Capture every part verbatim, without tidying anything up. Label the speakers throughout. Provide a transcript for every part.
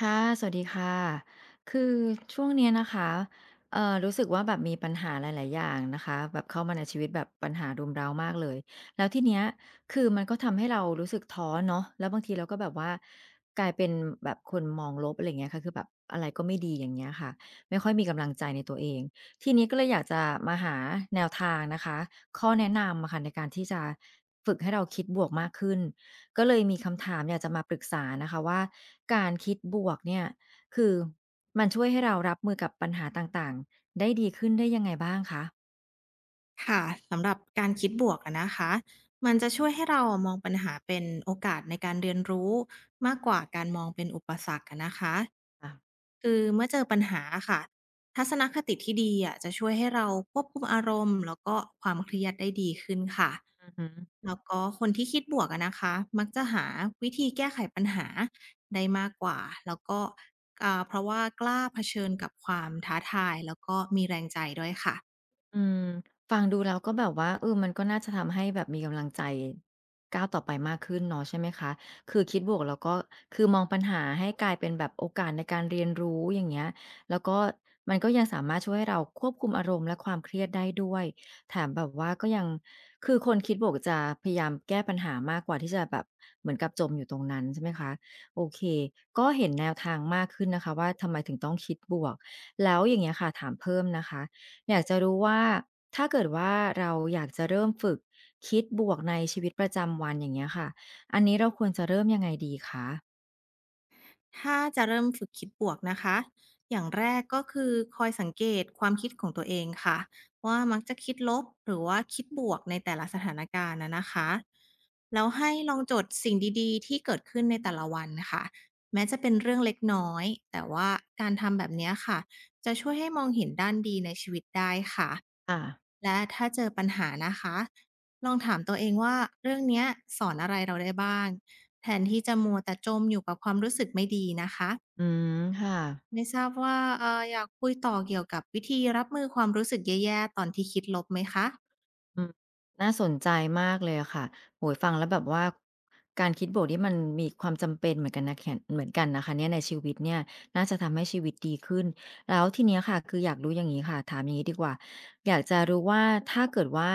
Speaker 1: ค่ะสวัสดีค่ะ คือช่วงเนี้ยนะคะเอ่อรู้สึกว่าแบบมีปัญหาหลายๆ อย่างนะคะ แบบเข้ามาในชีวิตแบบปัญหารุมเร้ามากเลยแล้วทีเนี้ยคือมันก็ทำให้เรารู้สึกท้อเนาะแล้วบางทีเราก็แบบว่ากลายเป็นแบบคนมองลบอะไรอย่างเงี้ยค่ะคือแบบอะไรก็ไม่ดีอย่างเงี้ยค่ะไม่ค่อยมีกำลังใจในตัวเอง ทีนี้ก็เลยอยากจะมาหาแนวทางนะคะ ข้อแนะนำอะค่ะในการที่จะฝึกให้เราคิดบวกมากขึ้น ก็เลยมีคำถามอยากจะมาปรึกษานะคะว่าการคิดบวกเนี่ยคือมันช่วยให้เรารับมือกับปัญหาต่างๆได้ดีขึ้นได้ยังไงบ้างคะ
Speaker 2: ค่ะสำหรับการคิดบวกอะนะคะมันจะช่วยให้เรามองปัญหาเป็นโอกาสในการเรียนรู้มากกว่าการมองเป็นอุปสรรคอะนะคะ
Speaker 1: อ่ะ
Speaker 2: คือเมื่อเจอปัญหาค่ะทัศนคติที่ดีอะจะช่วยให้เราควบคุมอารมณ์แล้วก็ความเครียดได้ดีขึ้นค่ะ
Speaker 1: อือฮึ
Speaker 2: แล้วก็คนที่คิดบวกอะนะคะมักจะหาวิธีแก้ไขปัญหาได้มากกว่าแล้วก็อ่าเพราะว่ากล้าเผชิญกับความท้าทายแล้วก็มีแรงใจด้วยค่ะ
Speaker 1: อืมฟังดูแล้วก็แบบว่าเออมันก็น่าจะทำให้แบบมีกำลังใจก้าวต่อไปมากขึ้นเนาะใช่ไหมคะคือคิดบวกแล้วก็คือมองปัญหาให้กลายเป็นแบบโอกาสในการเรียนรู้อย่างเงี้ยแล้วก็มันก็ยังสามารถช่วยให้เราควบคุมอารมณ์และความเครียดได้ด้วยแถมแบบว่าก็ยังคือคนคิดบวกจะพยายามแก้ปัญหามากกว่าที่จะแบบเหมือนกับจมอยู่ตรงนั้นใช่ไหมคะโอเคก็เห็นแนวทางมากขึ้นนะคะว่าทำไมถึงต้องคิดบวกแล้วอย่างเงี้ยค่ะถามเพิ่มนะคะ อยากจะรู้ว่าถ้าเกิดว่าเราอยากจะเริ่มฝึกคิดบวกในชีวิตประจำวันอย่างเงี้ยค่ะอันนี้เราควรจะเริ่มยังไงดีคะ
Speaker 2: ถ้าจะเริ่มฝึกคิดบวกนะคะ อย่างแรกก็คือคอยสังเกตความคิดของตัวเองค่ะว่ามักจะคิดลบหรือว่าคิดบวกในแต่ละสถานการณ์นะนะคะแล้วให้ลองจดสิ่งดีๆที่เกิดขึ้นในแต่ละวันค่ะแม้จะเป็นเรื่องเล็กน้อยแต่ว่าการทำแบบเนี้ยค่ะจะช่วยให้มองเห็นด้านดีในชีวิตได้ค่ะ
Speaker 1: ค่ะ
Speaker 2: และถ้าเจอปัญหานะคะลองถามตัวเองว่าเรื่องเนี้ยสอนอะไรเราได้บ้าง แทนที่จะมัวแต่จมอยู่กับความรู้สึกไม่ดีนะคะ
Speaker 1: อืมค่ะ
Speaker 2: ไม่ทราบว่าเอ่ออยากคุยต่อเกี่ยวกับวิธีรับมือความรู้สึกแย่ๆตอนที่คิดลบไหมคะ
Speaker 1: อืมน่าสนใจมากเลยอะค่ะโอ้โฮฟังแล้วแบบว่าการคิดบวกนี่มันมีความจำเป็นเหมือนกันนะแขนเหมือนกันนะคะเนี่ยในชีวิตเนี่ยน่าจะทำให้ชีวิตดีขึ้นแล้วทีเนี้ยค่ะคืออยากรู้อย่างงี้ค่ะถามอย่างงี้ดีกว่าอยากจะรู้ว่าถ้าเกิดว่า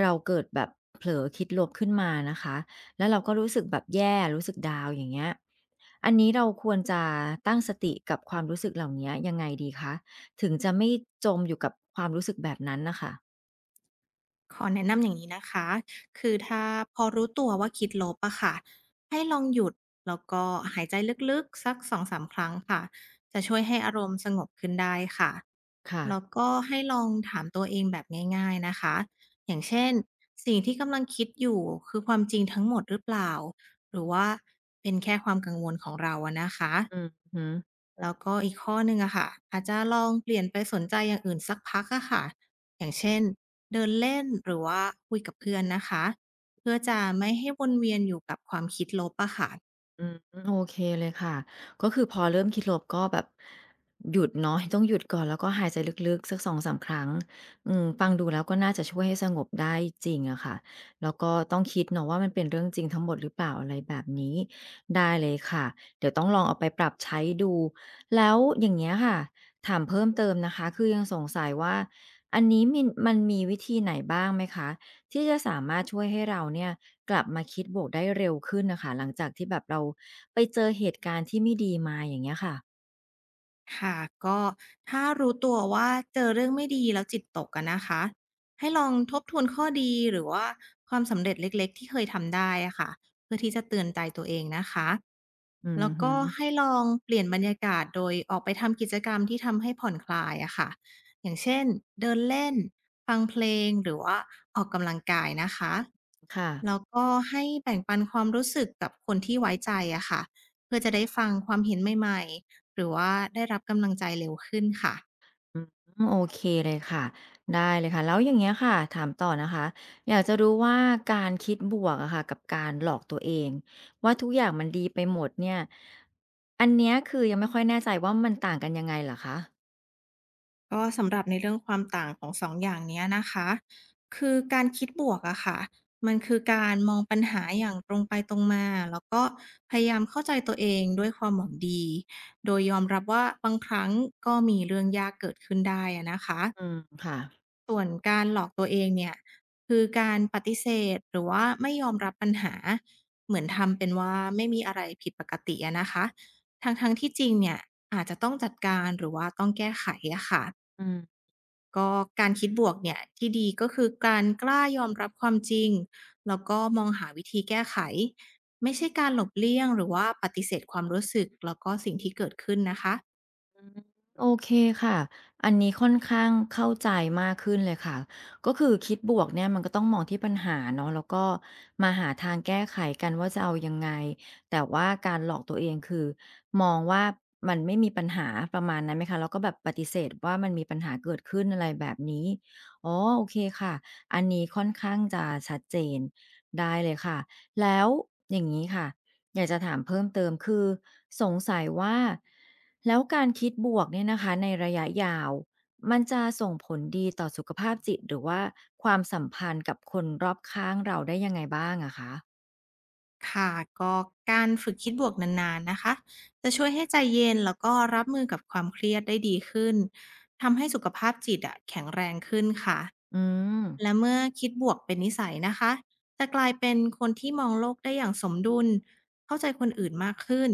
Speaker 1: เราเกิดแบบเผลอคิดลบขึ้นมานะคะแล้วเราก็รู้สึกแบบแย่รู้สึกดาวน์อย่างเงี้ยอันนี้เราควรจะตั้งสติกับความรู้สึกเหล่าเนี้ยยังไงดีคะถึงจะไม่จมอยู่กับความรู้สึกแบบนั้นน่ะค่ะ
Speaker 2: ขอแนะนำอย่างนี้นะคะ คือถ้าพอรู้ตัวว่าคิดลบอะค่ะ ให้ลองหยุดแล้วก็หายใจลึกๆสักสองถึงสามครั้งค่ะ จะช่วยให้อารมณ์สงบขึ้นได้ค่ะ แล้ว
Speaker 1: ค่ะ
Speaker 2: ก็ให้ลองถามตัวเองแบบง่ายๆนะคะ อย่างเช่นสิ่งที่กำลังคิดอยู่คือความจริงทั้งหมดหรือเปล่า หรือว่าเป็นแค่ความกังวลของเราอะนะคะ
Speaker 1: อือฮึ
Speaker 2: แล้วก็อีกข้อหนึ่งอะค่ะอาจจะลองเปลี่ยนไปสนใจอย่างอื่นสักพักอะค่ะอย่างเช่นเดินเล่นหรือว่าคุยกับเพื่อนนะคะเพื่อจะไม่ให้วนเวียนอยู่กับความคิดลบอะค่ะ
Speaker 1: อืม โอเคเลยค่ะ ก็คือพอเริ่มคิดลบก็แบบหยุดเนาะต้องหยุดก่อนแล้วก็หายใจลึกๆสักสองสามครั้งอืมฟังดูแล้วก็น่าจะช่วยให้สงบได้จริงอะค่ะแล้วก็ต้องคิดเนาะว่ามันเป็นเรื่องจริงทั้งหมดหรือเปล่าอะไรแบบนี้ได้เลยค่ะ เดี๋ยวต้องลองเอาไปปรับใช้ดู แล้วอย่างเงี้ยค่ะถามเพิ่มเติมนะคะคือยังสงสัยว่าอันนี้มนมันมีวิธีไหนบ้างไหมคะที่จะสามารถช่วยให้เราเนี่ย กลับมาคิดบวกได้เร็วขึ้นน่ะค่ะหลังจากที่แบบเราไปเจอเหตุการณ์ที่ไม่ดีมาอย่างเงี้ยค่ะ
Speaker 2: ค่ะก็ถ้ารู้ตัวว่าเจอเรื่องไม่ดีแล้วจิตตกอะนนะคะให้ลองทบทวนข้อดีหรือว่าความสำเร็จเล็กๆที่เคยทำได้อะค่ะเพื่อที่จะเตือนใจตัวเองนะคะ
Speaker 1: อือ
Speaker 2: แล้ว
Speaker 1: ฮึ
Speaker 2: ก็ให้ลองเปลี่ยนบรรยากาศโดยออกไปทำกิจกรรมที่ทำให้ผ่อนคลายอะค่ะอย่างเช่นเดินเล่นฟังเพลงหรือว่าออกกำลังกายนะคะ
Speaker 1: ค่ะ
Speaker 2: แล้วก็ให้แบ่งปันความรู้สึกกับคนที่ไว้ใจอะค่ะเพื่อจะได้ฟังความเห็นใหม่ๆ หรือว่าได้รับกำลังใจเร็วขึ้นค่ะ
Speaker 1: อืมโอเคเลยค่ะได้เลยค่ะแล้วอย่างเงี้ยค่ะถามต่อนะคะอยากจะรู้ว่าการคิดบวกอะค่ะกับการหลอกตัวเองว่าทุกอย่างมันดีไปหมดเนี่ยอันเนี้ยคือยังไม่ค่อยแน่ใจว่ามันต่างกันยังไงเหรอคะ
Speaker 2: ก็สำหรับในเรื่องความต่างของสองอย่างเนี้ยนะคะคือการคิดบวกอะค่ะมันคือการมองปัญหาอย่างตรงไปตรงมาแล้วก็พยายามเข้าใจตัวเองด้วยความหวังดีโดยยอมรับว่าบางครั้งก็มีเรื่องยากเกิดขึ้นได้อะนะคะ
Speaker 1: อืมค่ะ
Speaker 2: ส่วนการหลอกตัวเองเนี่ยคือการปฏิเสธหรือว่าไม่ยอมรับปัญหาเหมือนทำเป็นว่าไม่มีอะไรผิดปกติอะนะคะทั้งๆทที่จริงเนี่ยอาจจะต้องจัดการหรือว่าต้องแก้ไขอะค่ะ
Speaker 1: อืม
Speaker 2: ก็การคิดบวกเนี่ยที่ดีก็คือการกล้ายอมรับความจริงแล้วก็มองหาวิธีแก้ไขไม่ใช่การหลบเลี่ยงหรือว่าปฏิเสธความรู้สึกแล้วก็สิ่งที่เกิดขึ้นนะคะ
Speaker 1: โอเคค่ะอันนี้ค่อนข้างเข้าใจมากขึ้นเลยค่ะก็คือคิดบวกเนี่ยมันก็ต้องมองที่ปัญหาเนาะแล้วก็มาหาทางแก้ไขกันว่าจะเอายังไง แต่ว่าการหลอกตัวเองคือมองว่ามันไม่มีปัญหาประมาณนั้นไหมคะแล้วก็แบบปฏิเสธว่ามันมีปัญหาเกิดขึ้นอะไรแบบนี้อ๋อโอเคค่ะ อันนี้ค่อนข้างจะชัดเจนได้เลยค่ะ แล้วอย่างนี้ค่ะ อยากจะถามเพิ่มเติมคือสงสัยว่าแล้วการคิดบวกเนี่ยนะคะในระยะยาวมันจะส่งผลดีต่อสุขภาพจิตหรือว่าความสัมพันธ์กับคนรอบข้างเราได้ยังไงบ้างอะคะ
Speaker 2: ค่ะก็การฝึกคิดบวกนานๆนะคะจะช่วยให้ใจเย็นแล้วก็รับมือกับความเครียดได้ดีขึ้นทำให้สุขภาพจิตอะแข็งแรงขึ้นค่ะ
Speaker 1: อืม
Speaker 2: และเมื่อคิดบวกเป็นนิสัยนะคะจะกลายเป็นคนที่มองโลกได้อย่างสมดุลเข้าใจคนอื่นมากขึ้น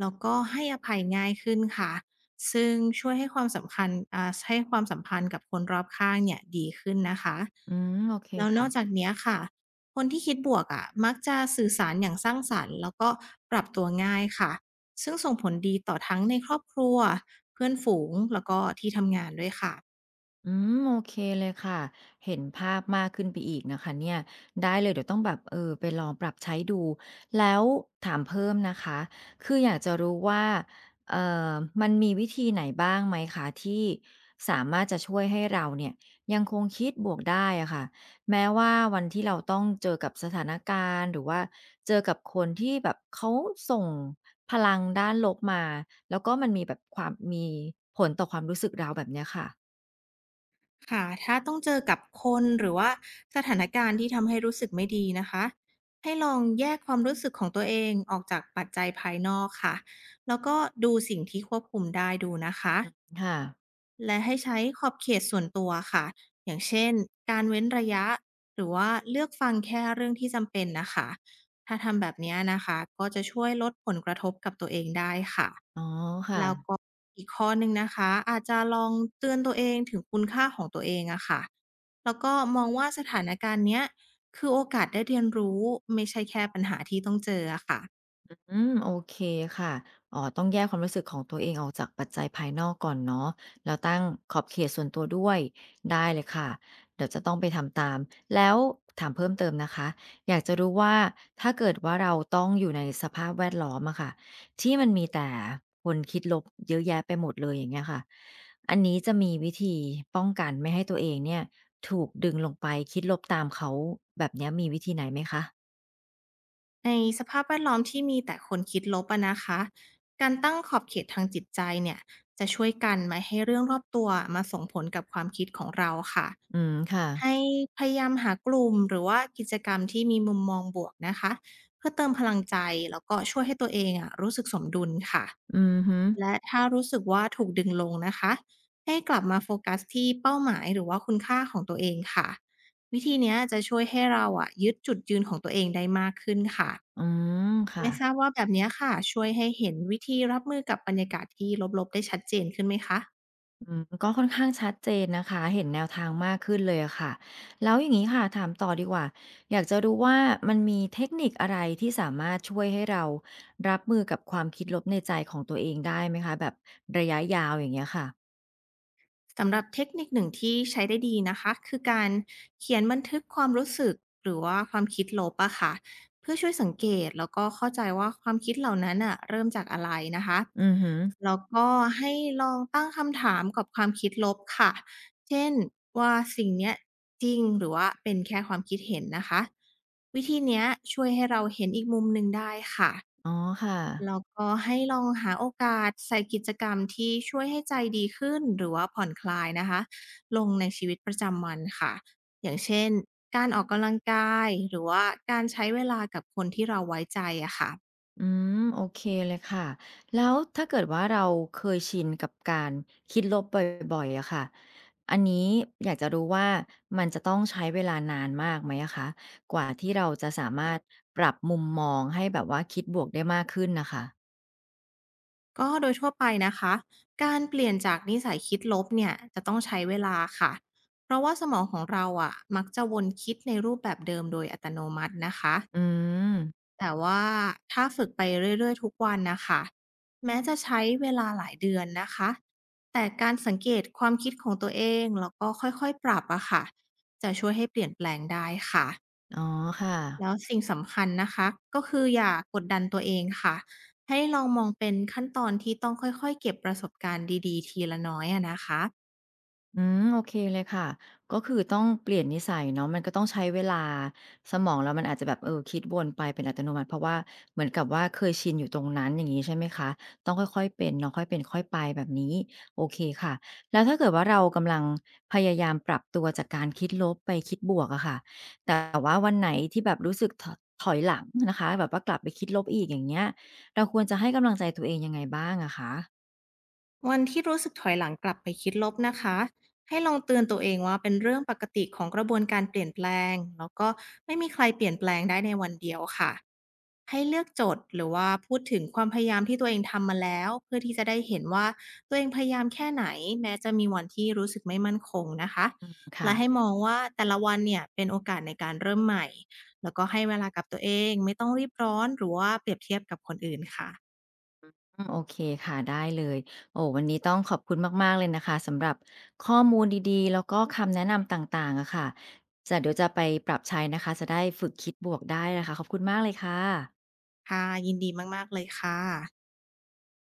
Speaker 2: แล้วก็ให้อภัยง่ายขึ้นค่ะซึ่งช่วยให้ความสำคัญอ่าให้ความสัมพันธ์กับคนรอบข้างเนี่ยดีขึ้นนะคะ
Speaker 1: อืม โอเค
Speaker 2: แล้วน
Speaker 1: ค่ะ
Speaker 2: อกจากเนี้ยค่ะ คนที่คิดบวกอะมักจะสื่อสารอย่างสร้างสรรค์แล้วก็ปรับตัวง่ายค่ะซึ่งส่งผลดีต่อทั้งในครอบครัวเพื่อนฝูงแล้วก็ที่ทำงานด้วยค่ะ
Speaker 1: อืมโอเคเลยค่ะเห็นภาพมากขึ้นไปอีกนะคะเนี่ยได้เลยเดี๋ยวต้องแบบเออไปลองปรับใช้ดูแล้วถามเพิ่มนะคะคืออยากจะรู้ว่าเอ่อมันมีวิธีไหนบ้างไหมคะที่สามารถจะช่วยให้เราเนี่ยยังคงคิดบวกได้อะค่ะแม้ว่าวันที่เราต้องเจอกับสถานการณ์หรือว่าเจอกับคนที่แบบเขาส่งพลังด้านลบมาแล้วก็มันมีแบบความมีผลต่อความรู้สึกเราแบบเนี้ยค่ะ
Speaker 2: ค่ะถ้าต้องเจอกับคนหรือว่าสถานการณ์ที่ทำให้รู้สึกไม่ดีนะคะให้ลองแยกความรู้สึกของตัวเองออกจากปัจจัยภายนอกค่ะแล้วก็ดูสิ่งที่ควบคุมได้ดูนะคะ
Speaker 1: ค่ะ
Speaker 2: และให้ใช้ขอบเขตส่วนตัวค่ะอย่างเช่นการเว้นระยะหรือว่าเลือกฟังแค่เรื่องที่จำเป็นนะคะ ถ้าทำแบบนี้นะคะก็จะช่วยลดผลกระทบกับตัวเองได้ค่ะ
Speaker 1: อ๋อค่ะ
Speaker 2: อีกข้อหนึ่งนะคะอาจจะลองเตือนตัวเองถึงคุณค่าของตัวเองอะค่ะแล้วก็มองว่าสถานการณ์เนี้ยคือโอกาสได้เรียนรู้ไม่ใช่แค่ปัญหาที่ต้องเจออะค่ะ
Speaker 1: อืมโอเคค่ะอ๋อต้องแยกความรู้สึกของตัวเองออกจากปัจจัยภายนอกก่อนเนาะแล้วตั้งขอบเขตส่วนตัวด้วยได้เลยค่ะเดี๋ยวจะต้องไปทำตามแล้วถามเพิ่มเติมนะคะอยากจะรู้ว่าถ้าเกิดว่าเราต้องอยู่ในสภาพแวดล้อมอะค่ะที่มันมีแต่คนคิดลบเยอะแยะไปหมดเลยอย่างเงี้ยค่ะอันนี้จะมีวิธีป้องกันไม่ให้ตัวเองเนี่ยถูกดึงลงไปคิดลบตามเขาแบบเนี้ยมีวิธีไหนไหมคะ
Speaker 2: ในสภาพแวดล้อมที่มีแต่คนคิดลบอะนะคะการตั้งขอบเขตทางจิตใจเนี่ยจะช่วยกันไม่ให้เรื่องรอบตัวมาส่งผลกับความคิดของเราค่ะ
Speaker 1: อืมค่ะ
Speaker 2: ให้พยายามหากลุ่มหรือว่ากิจกรรมที่มีมุมมองบวกนะคะเพื่อเติมพลังใจแล้วก็ช่วยให้ตัวเองอะรู้สึกสมดุลค่ะ
Speaker 1: อือฮึ
Speaker 2: และถ้ารู้สึกว่าถูกดึงลงนะคะให้กลับมาโฟกัสที่เป้าหมายหรือว่าคุณค่าของตัวเองค่ะวิธีเนี้ยจะช่วยให้เราอะยึดจุดยืนของตัวเองได้มากขึ้นค่ะ
Speaker 1: อืมค่ะ
Speaker 2: ไม่ทราบว่าแบบเนี้ยค่ะช่วยให้เห็นวิธีรับมือกับบรรยากาศที่ลบๆได้ชัดเจนขึ้นไหมคะ
Speaker 1: อืมก็ค่อนข้างชัดเจนนะคะเห็นแนวทางมากขึ้นเลยอะค่ะแล้วอย่างงี้ค่ะถามต่อดีกว่าอยากจะรู้ว่ามันมีเทคนิคอะไรที่สามารถช่วยให้เรารับมือกับความคิดลบในใจของตัวเองได้ไหมคะแบบระยะยาวอย่างเงี้ยค่ะ
Speaker 2: สำหรับเทคนิคหนึ่งที่ใช้ได้ดีนะคะคือการเขียนบันทึกความรู้สึกหรือว่าความคิดลบอะค่ะเพื่อช่วยสังเกตแล้วก็เข้าใจว่าความคิดเหล่านั้นน่ะเริ่มจากอะไรนะคะ
Speaker 1: อือฮึ
Speaker 2: แล้วก็ให้ลองตั้งคำถามกับความคิดลบค่ะเช่นว่าสิ่งเนี้ยจริงหรือว่าเป็นแค่ความคิดเห็นนะคะวิธีเนี้ยช่วยให้เราเห็นอีกมุมหนึ่งได้ค่ะ
Speaker 1: อ๋อค่ะ
Speaker 2: แล้วก็ให้ลองหาโอกาสใส่กิจกรรมที่ช่วยให้ใจดีขึ้นหรือว่าผ่อนคลายนะคะลงในชีวิตประจำวันค่ะอย่างเช่นการออกกำลังกายหรือว่าการใช้เวลากับคนที่เราไว้ใจอะค่ะ
Speaker 1: อืมโอเคเลยค่ะแล้วถ้าเกิดว่าเราเคยชินกับการคิดลบบ่อยๆอะค่ะอันนี้อยากจะรู้ว่ามันจะต้องใช้เวลานานมากไหมอะคะกว่าที่เราจะสามารถปรับมุมมองให้แบบว่าคิดบวกได้มากขึ้นนะคะ
Speaker 2: ก็โดยทั่วไปนะคะการเปลี่ยนจากนิสัยคิดลบเนี่ยจะต้องใช้เวลาค่ะเพราะว่าสมองของเราอะมักจะวนคิดในรูปแบบเดิมโดยอัตโนมัตินะคะ
Speaker 1: อืม
Speaker 2: แต่ว่าถ้าฝึกไปเรื่อยๆทุกวันนะคะแม้จะใช้เวลาหลายเดือนนะคะแต่การสังเกตความคิดของตัวเองแล้วก็ค่อยๆปรับอะค่ะจะช่วยให้เปลี่ยนแปลงได้ค่ะ
Speaker 1: อ๋อค่ะ
Speaker 2: แล้วสิ่งสำคัญนะคะก็คืออย่ากดดันตัวเองค่ะให้ลองมองเป็นขั้นตอนที่ต้องค่อยๆเก็บประสบการณ์ดีๆทีละน้อยอะนะคะ
Speaker 1: อืมโอเคเลยค่ะก็คือต้องเปลี่ยนนิสัยเนาะมันก็ต้องใช้เวลาสมองเรามันอาจจะแบบเออคิดวนไปเป็นอัตโนมัติเพราะว่าเหมือนกับว่าเคยชินอยู่ตรงนั้นอย่างงี้ใช่ไหมคะต้องค่อยๆเป็นเนาะค่อยเป็นค่อยไปแบบนี้โอเคค่ะแล้วถ้าเกิดว่าเรากำลังพยายามปรับตัวจากการคิดลบไปคิดบวกอะค่ะแต่ว่าวันไหนที่แบบรู้สึกถถอยหลังนะคะแบบว่ากลับไปคิดลบอีกอย่างเงี้ยเราควรจะให้กำลังใจตัวเองยังไงบ้างอะคะ
Speaker 2: วันที่รู้สึกถอยหลังกลับไปคิดลบนะคะให้ลองเตือนตัวเองว่าเป็นเรื่องปกติของกระบวนการเปลี่ยนแปลงแล้วก็ไม่มีใครเปลี่ยนแปลงได้ในวันเดียวค่ะให้เลือกโจทย์หรือว่าพูดถึงความพยายามที่ตัวเองทำมาแล้วเพื่อที่จะได้เห็นว่าตัวเองพยายามแค่ไหนแม้จะมีวันที่รู้สึกไม่มั่นคงนะคะ
Speaker 1: อืมค่ะ
Speaker 2: และให้มองว่าแต่ละวันเนี่ยเป็นโอกาสในการเริ่มใหม่แล้วก็ให้เวลากับตัวเองไม่ต้องรีบร้อนหรือว่าเปรียบเทียบกับคนอื่นค่ะ
Speaker 1: อืมโอเคค่ะได้เลยโอ้วันนี้ต้องขอบคุณมากๆเลยนะคะสำหรับข้อมูลดีๆแล้วก็คำแนะนำต่างๆอะค่ะจะเดี๋ยวจะไปปรับใช้นะคะจะได้ฝึกคิดบวกได้นะคะขอบคุณมากเลยค่ะ
Speaker 2: ค่ะยินดีมากๆเลยค่ะ